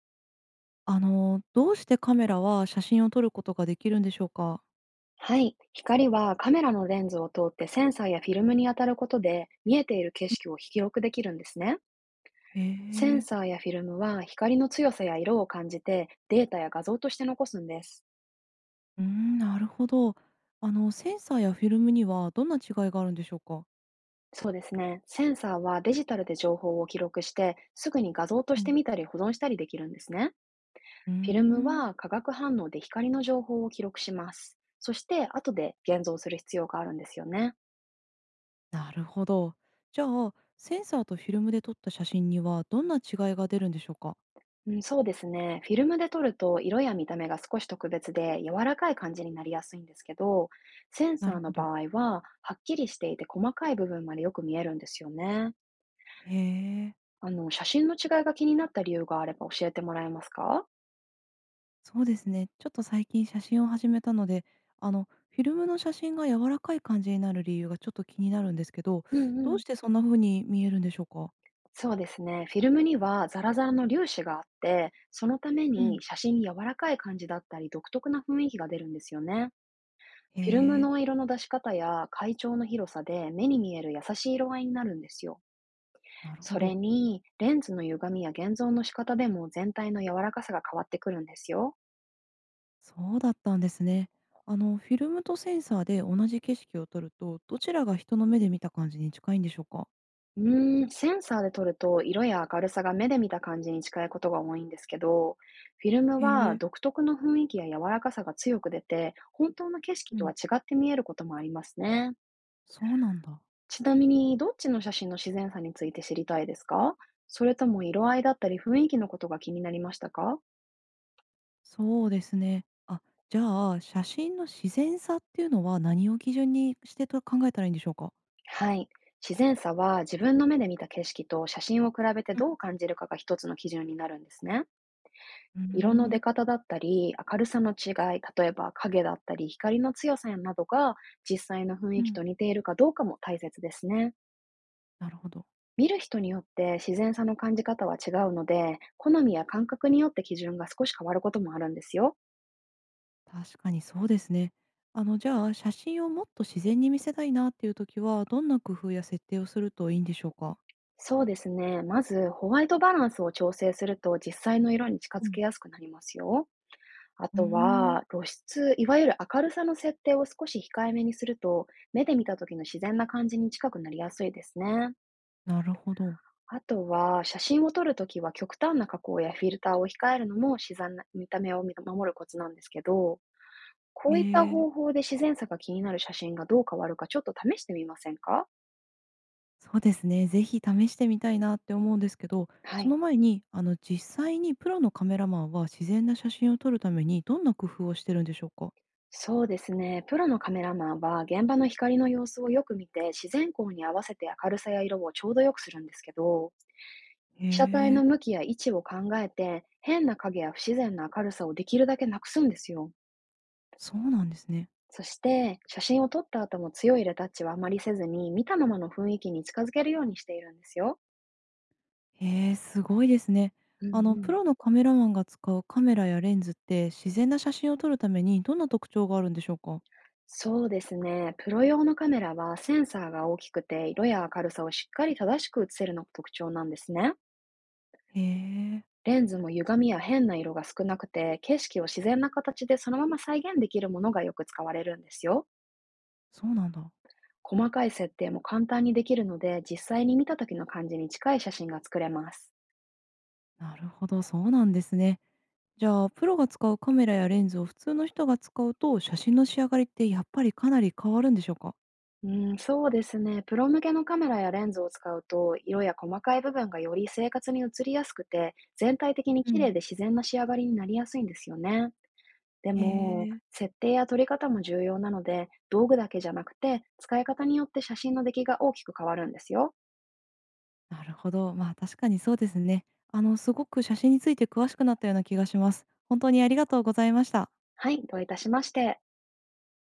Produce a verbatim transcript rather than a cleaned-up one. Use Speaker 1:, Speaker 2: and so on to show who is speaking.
Speaker 1: あの、どうしてカメラは写真を撮ることができるんでしょうか？
Speaker 2: はい。光はカメラのレンズを通ってセンサーやフィルムに当たることで、見えている景色を記録できるんですね。
Speaker 1: へ
Speaker 2: セン
Speaker 1: え、
Speaker 2: サーやフィルムは光の強さや色を感じて、データや画像として残すんです。
Speaker 1: うん、なるほど。あの、センサーやフィルムにはどんな違いがあるんでしょうか？
Speaker 2: そうですね。センサーはデジタルで情報を記録して、すぐに画像と
Speaker 1: う
Speaker 2: し
Speaker 1: ん。
Speaker 2: て見たり保存したりできるんですね。
Speaker 1: うー
Speaker 2: フィルム
Speaker 1: ん、
Speaker 2: は化学反応で光の情報を記録します。そして後で現像する必要があるんですよね。
Speaker 1: なるほど。じゃあ、センサーとフィルムで撮った写真にはどんな違いが出るんでしょうか？
Speaker 2: うん、そうですね。フィルムで撮ると色や見た目が少し特別で柔らかい感じになりやすいんですけど、セン
Speaker 1: な
Speaker 2: サー
Speaker 1: る
Speaker 2: の
Speaker 1: ほ
Speaker 2: 場
Speaker 1: ど。
Speaker 2: 合ははっきりしていて、細かい部分までよく見えるんですよね。
Speaker 1: へえ、
Speaker 2: あの、写真の違いが気になった理由があれば教えてもらえますか？
Speaker 1: そうですね。ちょっと最近写真を始めたので、あの、フィルムの写真が柔らかい感じになる理由がちょっと気になるんですけど、
Speaker 2: うんう
Speaker 1: どう
Speaker 2: ん。
Speaker 1: してそんな風に見えるんでしょうか？
Speaker 2: そうですね。フィルムにはザラザラの粒子があって、そのために写真に柔らかい感じだったり独特な雰囲気が出るんですよね。
Speaker 1: へ
Speaker 2: フィルム
Speaker 1: え、
Speaker 2: の色の出し方や階調の広さで、目に見える優しい色合いになるんですよ。
Speaker 1: なるほ
Speaker 2: それ
Speaker 1: ど。
Speaker 2: に、レンズの歪みや現像の仕方でも全体の柔らかさが変わってくるんですよ。
Speaker 1: そうだったんですね。あの、フィルムとセンサーで同じ景色を撮ると、どちらが人の目で見た感じに近いんでしょうか？
Speaker 2: うーん、センサーで撮ると色や明るさが目で見た感じに近いことが多いんですけど、フィルム
Speaker 1: へ
Speaker 2: は
Speaker 1: え、
Speaker 2: 独特の雰囲気や柔らかさが強く出て、本当の景色
Speaker 1: う
Speaker 2: とは
Speaker 1: ん、
Speaker 2: 違って見えることもありますね。
Speaker 1: そうなんだ。
Speaker 2: ちなみに、どっちの写真の自然さについて知りたいですか？それとも色合いだったり雰囲気のことが気になりましたか？
Speaker 1: そうですね。あ、じゃあ、写真の自然さっていうのは何を基準にしてと考えたらいいんでしょうか？
Speaker 2: はい。自然さは自分の目で見た景色と写真を比べて、
Speaker 1: うん。
Speaker 2: どう感じるかが一つの基準になるんですね。
Speaker 1: う
Speaker 2: 色の出
Speaker 1: ん、
Speaker 2: 方だったり、明るさの違い、例えば影だったり、光の強さなどが、実際の雰
Speaker 1: う
Speaker 2: 囲気
Speaker 1: ん、
Speaker 2: と似ているかどうかも大切ですね。
Speaker 1: なるほど。
Speaker 2: 見る人によって自然さの感じ方は違うので、好みや感覚によって基準が少し変わることもあるんですよ。
Speaker 1: 確かにそうですね。あの、じゃあ、写真をもっと自然に見せたいなっていう時は、どんな工夫や設定をするといいんでしょうか？
Speaker 2: そうですね。まず、ホワイトバランスを調整すると、実際の色に近
Speaker 1: う
Speaker 2: づけ
Speaker 1: ん。
Speaker 2: やすくなりますよ。あ
Speaker 1: うー
Speaker 2: と
Speaker 1: ん。
Speaker 2: は、露出、いわゆる明るさの設定を少し控えめにすると、目で見た時の自然な感じに近くなりやすいですね。
Speaker 1: なるほど。
Speaker 2: あとは、写真を撮るときは極端な加工やフィルターを控えるのも自然な見た目を守るコツなんですけど、こ
Speaker 1: へ
Speaker 2: ういった
Speaker 1: え、
Speaker 2: 方法で自然さが気になる写真がどう変わるか、ちょっと試してみませんか？
Speaker 1: そうですね。ぜひ試してみたいなって思うんですけど、
Speaker 2: は
Speaker 1: そ
Speaker 2: い。
Speaker 1: の前に、あの、実際にプロのカメラマンは自然な写真を撮るためにどんな工夫をしてるんでしょうか？
Speaker 2: そうですね。プロのカメラマンは現場の光の様子をよく見て、自然光に合わせて明るさや色をちょうどよくするんですけど、
Speaker 1: へ
Speaker 2: 被写体の
Speaker 1: え、
Speaker 2: 向きや位置を考えて、変な影や不自然な明るさをできるだけなくすんですよ。
Speaker 1: そうなんですね。
Speaker 2: そして、写真を撮った後も強いレタッチはあまりせずに、見たままの雰囲気に近づけるようにしているんですよ。
Speaker 1: へえ、すごいですね。
Speaker 2: うんう
Speaker 1: あの、プ
Speaker 2: ん。
Speaker 1: ロのカメラマンが使うカメラやレンズって、自然な写真を撮るためにどんな特徴があるんでしょうか？
Speaker 2: そうですね。プロ用のカメラはセンサーが大きくて、色や明るさをしっかり正しく写せるのが特徴なんですね。
Speaker 1: へえ、
Speaker 2: レンズも歪みや変な色が少なくて、景色を自然な形でそのまま再現できるものがよく使われるんですよ。
Speaker 1: そうなんだ。
Speaker 2: 細かい設定も簡単にできるので、実際に見た時の感じに近い写真が作れます。
Speaker 1: なるほど、そうなんですね。じゃあ、プロが使うカメラやレンズを普通の人が使うと、写真の仕上がりってやっぱりかなり変わるんでしょうか？
Speaker 2: うん、そうですね。プロ向けのカメラやレンズを使うと、色や細かい部分がより生活に映りやすくて、全体的に
Speaker 1: う
Speaker 2: 綺麗
Speaker 1: ん。
Speaker 2: で自然な仕上がりになりやすいんですよね。で
Speaker 1: へ
Speaker 2: も、
Speaker 1: え、
Speaker 2: 設定や撮り方も重要なので、道具だけじゃなくて、使い方によって写真の出来が大きく変わるんですよ。
Speaker 1: なるほど。まあ、確かにそうですね。あの、すごく写真について詳しくなったような気がします。本当にありがとうございました。
Speaker 2: はい、どういたしまして。